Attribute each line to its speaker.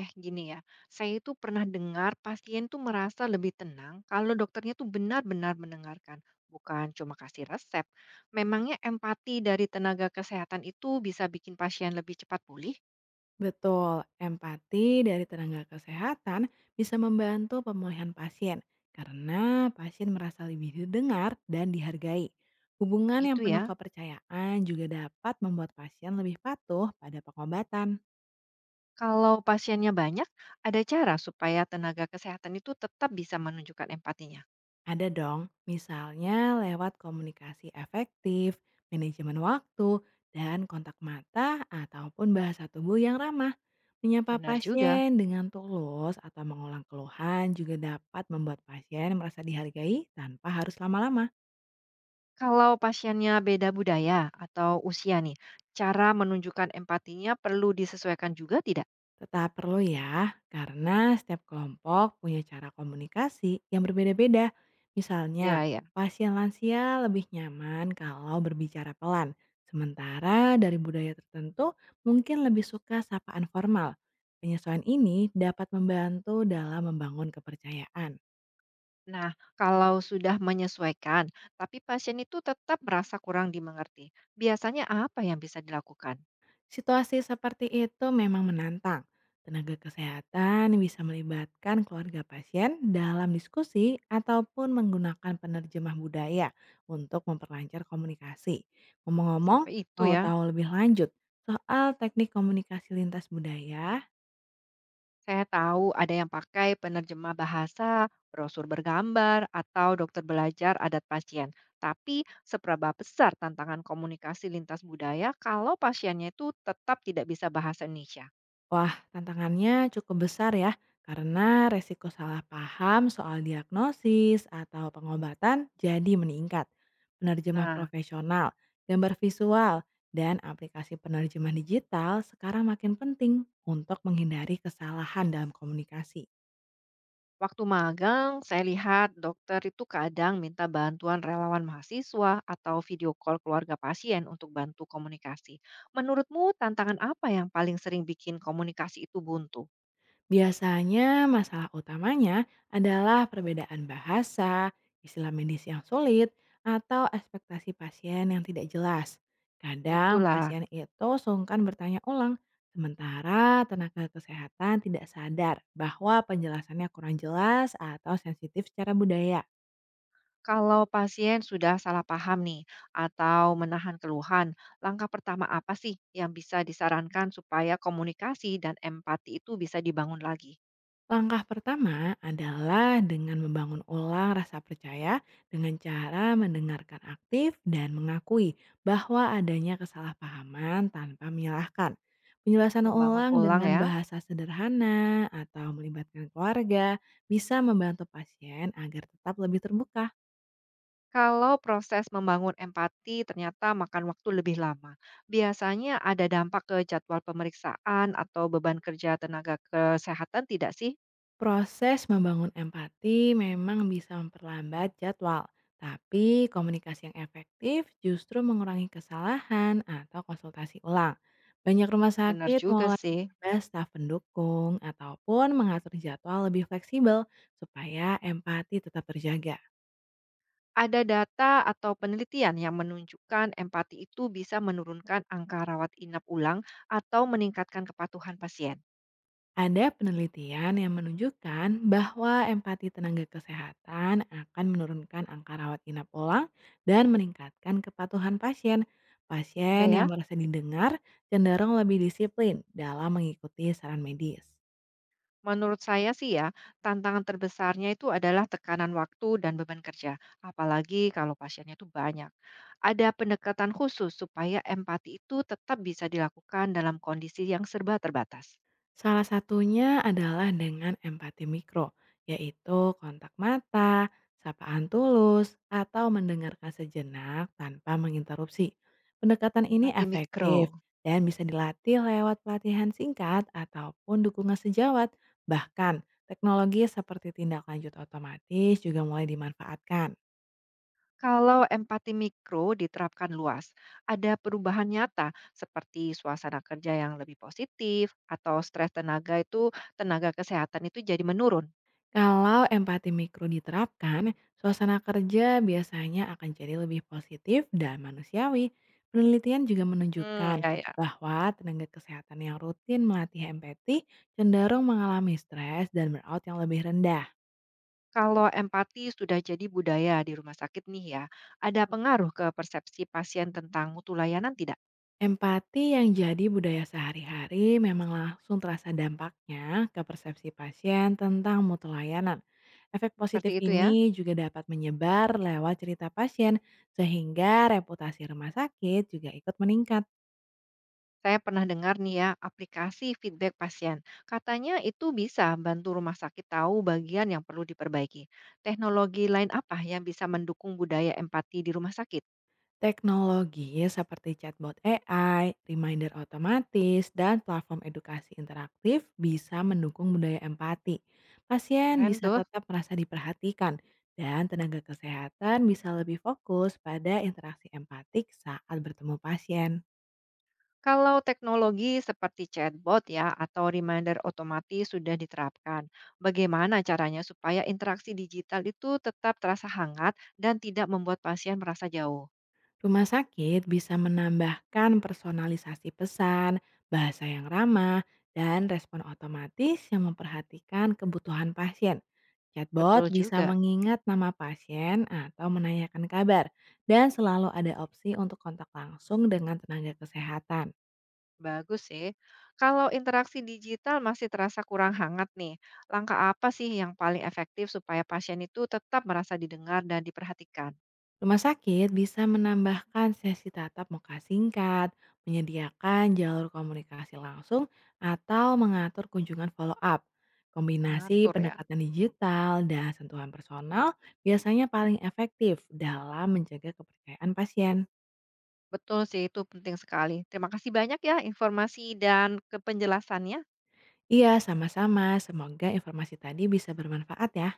Speaker 1: Gini ya, saya itu pernah dengar pasien tuh merasa lebih tenang kalau dokternya tuh benar-benar mendengarkan, bukan cuma kasih resep. Memangnya empati dari tenaga kesehatan itu bisa bikin pasien lebih cepat pulih?
Speaker 2: Betul, empati dari tenaga kesehatan bisa membantu pemulihan pasien karena pasien merasa lebih didengar dan dihargai. Hubungan yang
Speaker 1: Gitu
Speaker 2: penuh
Speaker 1: ya.
Speaker 2: kepercayaan juga dapat membuat pasien lebih patuh pada pengobatan.
Speaker 1: Kalau pasiennya banyak, ada cara supaya tenaga kesehatan itu tetap bisa menunjukkan empatinya.
Speaker 2: Ada dong, misalnya lewat komunikasi efektif, manajemen waktu, dan kontak mata ataupun bahasa tubuh yang ramah. Menyapa
Speaker 1: Benar juga.
Speaker 2: pasien dengan tulus atau mengulang keluhan juga dapat membuat pasien merasa dihargai tanpa harus lama-lama.
Speaker 1: Kalau pasiennya beda budaya atau usia nih, cara menunjukkan empatinya perlu disesuaikan juga tidak?
Speaker 2: Tetap perlu ya, karena setiap kelompok punya cara komunikasi yang berbeda-beda. Misalnya,
Speaker 1: Ya, ya.
Speaker 2: pasien lansia lebih nyaman kalau berbicara pelan, sementara dari budaya tertentu mungkin lebih suka sapaan formal. Penyesuaian ini dapat membantu dalam membangun kepercayaan.
Speaker 1: Nah, kalau sudah menyesuaikan, tapi pasien itu tetap merasa kurang dimengerti. Biasanya apa yang bisa dilakukan?
Speaker 2: Situasi seperti itu memang menantang. Tenaga kesehatan bisa melibatkan keluarga pasien dalam diskusi ataupun menggunakan penerjemah budaya untuk memperlancar komunikasi. Ngomong-ngomong,
Speaker 1: Sampai itu
Speaker 2: mau
Speaker 1: ya,
Speaker 2: tahu lebih lanjut soal teknik komunikasi lintas budaya.
Speaker 1: saya tahu ada yang pakai penerjemah bahasa, brosur bergambar, atau dokter belajar adat pasien. Tapi seberapa besar tantangan komunikasi lintas budaya kalau pasiennya itu tetap tidak bisa bahasa Indonesia?
Speaker 2: Wah, tantangannya cukup besar ya, karena resiko salah paham soal diagnosis atau pengobatan jadi meningkat. Penerjemah
Speaker 1: Nah,
Speaker 2: profesional, gambar visual, dan aplikasi penerjemah digital sekarang makin penting untuk menghindari kesalahan dalam komunikasi.
Speaker 1: waktu magang, saya lihat dokter itu kadang minta bantuan relawan mahasiswa atau video call keluarga pasien untuk bantu komunikasi. Menurutmu tantangan apa yang paling sering bikin komunikasi itu buntu?
Speaker 2: Biasanya masalah utamanya adalah perbedaan bahasa, istilah medis yang sulit, atau ekspektasi pasien yang tidak jelas. Kadang
Speaker 1: Itulah,
Speaker 2: pasien itu sungkan bertanya ulang, sementara tenaga kesehatan tidak sadar bahwa penjelasannya kurang jelas atau sensitif secara budaya.
Speaker 1: kalau pasien sudah salah paham nih atau menahan keluhan, langkah pertama apa sih yang bisa disarankan supaya komunikasi dan empati itu bisa dibangun lagi?
Speaker 2: Langkah pertama adalah dengan membangun ulang rasa percaya dengan cara mendengarkan aktif dan mengakui bahwa adanya kesalahpahaman tanpa menyalahkan. Penjelasan
Speaker 1: Membangun
Speaker 2: ulang
Speaker 1: ulang
Speaker 2: dengan
Speaker 1: ya.
Speaker 2: bahasa sederhana atau melibatkan keluarga bisa membantu pasien agar tetap lebih terbuka.
Speaker 1: Kalau proses membangun empati ternyata makan waktu lebih lama, biasanya ada dampak ke jadwal pemeriksaan atau beban kerja tenaga kesehatan tidak sih?
Speaker 2: Proses membangun empati memang bisa memperlambat jadwal, tapi komunikasi yang efektif justru mengurangi kesalahan atau konsultasi ulang. Banyak rumah
Speaker 1: Benar
Speaker 2: sakit
Speaker 1: juga
Speaker 2: mulai
Speaker 1: sih.
Speaker 2: menambah staf pendukung ataupun mengatur jadwal lebih fleksibel supaya empati tetap terjaga.
Speaker 1: Ada data atau penelitian yang menunjukkan empati itu bisa menurunkan angka rawat inap ulang atau meningkatkan kepatuhan pasien.
Speaker 2: Ada penelitian yang menunjukkan bahwa empati tenaga kesehatan akan menurunkan angka rawat inap ulang dan meningkatkan kepatuhan pasien.
Speaker 1: Ada
Speaker 2: Pasien yang
Speaker 1: ya?
Speaker 2: merasa didengar cenderung lebih disiplin dalam mengikuti saran medis.
Speaker 1: Menurut saya sih ya, tantangan terbesarnya itu adalah tekanan waktu dan beban kerja, apalagi kalau pasiennya itu banyak. Ada pendekatan khusus supaya empati itu tetap bisa dilakukan dalam kondisi yang serba terbatas.
Speaker 2: Salah satunya adalah dengan empati mikro, yaitu kontak mata, sapaan tulus, atau mendengarkan sejenak tanpa menginterupsi. Pendekatan ini
Speaker 1: Empati mikro.
Speaker 2: efektif dan bisa dilatih lewat pelatihan singkat ataupun dukungan sejawat. Bahkan, teknologi seperti tindak lanjut otomatis juga mulai dimanfaatkan.
Speaker 1: Kalau empati mikro diterapkan luas, ada perubahan nyata seperti suasana kerja yang lebih positif atau stres tenaga kesehatan itu jadi menurun.
Speaker 2: Kalau empati mikro diterapkan, suasana kerja biasanya akan jadi lebih positif dan manusiawi. Penelitian juga
Speaker 1: Hmm,
Speaker 2: menunjukkan
Speaker 1: ya.
Speaker 2: bahwa tenaga kesehatan yang rutin melatih empati cenderung mengalami stres dan burnout yang lebih rendah.
Speaker 1: Kalau empati sudah jadi budaya di rumah sakit nih ya, ada pengaruh ke persepsi pasien tentang mutu layanan tidak?
Speaker 2: Empati yang jadi budaya sehari-hari memang langsung terasa dampaknya ke persepsi pasien tentang mutu layanan. Efek
Speaker 1: Seperti
Speaker 2: positif
Speaker 1: itu ya.
Speaker 2: ini juga dapat menyebar lewat cerita pasien, sehingga reputasi rumah sakit juga ikut meningkat.
Speaker 1: Saya pernah dengar nih ya, aplikasi feedback pasien. Katanya itu bisa bantu rumah sakit tahu bagian yang perlu diperbaiki. Teknologi lain apa yang bisa mendukung budaya empati di rumah sakit?
Speaker 2: Teknologi seperti chatbot AI, reminder otomatis, dan platform edukasi interaktif bisa mendukung budaya empati. Pasien
Speaker 1: Keren
Speaker 2: bisa
Speaker 1: tuh.
Speaker 2: tetap merasa diperhatikan, dan tenaga kesehatan bisa lebih fokus pada interaksi empatik saat bertemu pasien.
Speaker 1: Kalau teknologi seperti chatbot ya atau reminder otomatis sudah diterapkan, bagaimana caranya supaya interaksi digital itu tetap terasa hangat dan tidak membuat pasien merasa jauh?
Speaker 2: Rumah sakit bisa menambahkan personalisasi pesan, bahasa yang ramah, dan respon otomatis yang memperhatikan kebutuhan pasien. Chatbot
Speaker 1: Betul
Speaker 2: bisa
Speaker 1: juga.
Speaker 2: mengingat nama pasien atau menanyakan kabar, dan selalu ada opsi untuk kontak langsung dengan tenaga kesehatan.
Speaker 1: Bagus sih. Kalau interaksi digital masih terasa kurang hangat nih, langkah apa sih yang paling efektif supaya pasien itu tetap merasa didengar dan diperhatikan?
Speaker 2: Rumah sakit bisa menambahkan sesi tatap muka singkat, menyediakan jalur komunikasi langsung, atau mengatur kunjungan follow up. Kombinasi
Speaker 1: Mengatur ya.
Speaker 2: pendekatan digital dan sentuhan personal biasanya paling efektif dalam menjaga kepercayaan pasien.
Speaker 1: Betul sih, itu penting sekali. Terima kasih banyak ya informasi dan kepenjelasannya.
Speaker 2: Iya, sama-sama. Semoga informasi tadi bisa bermanfaat ya.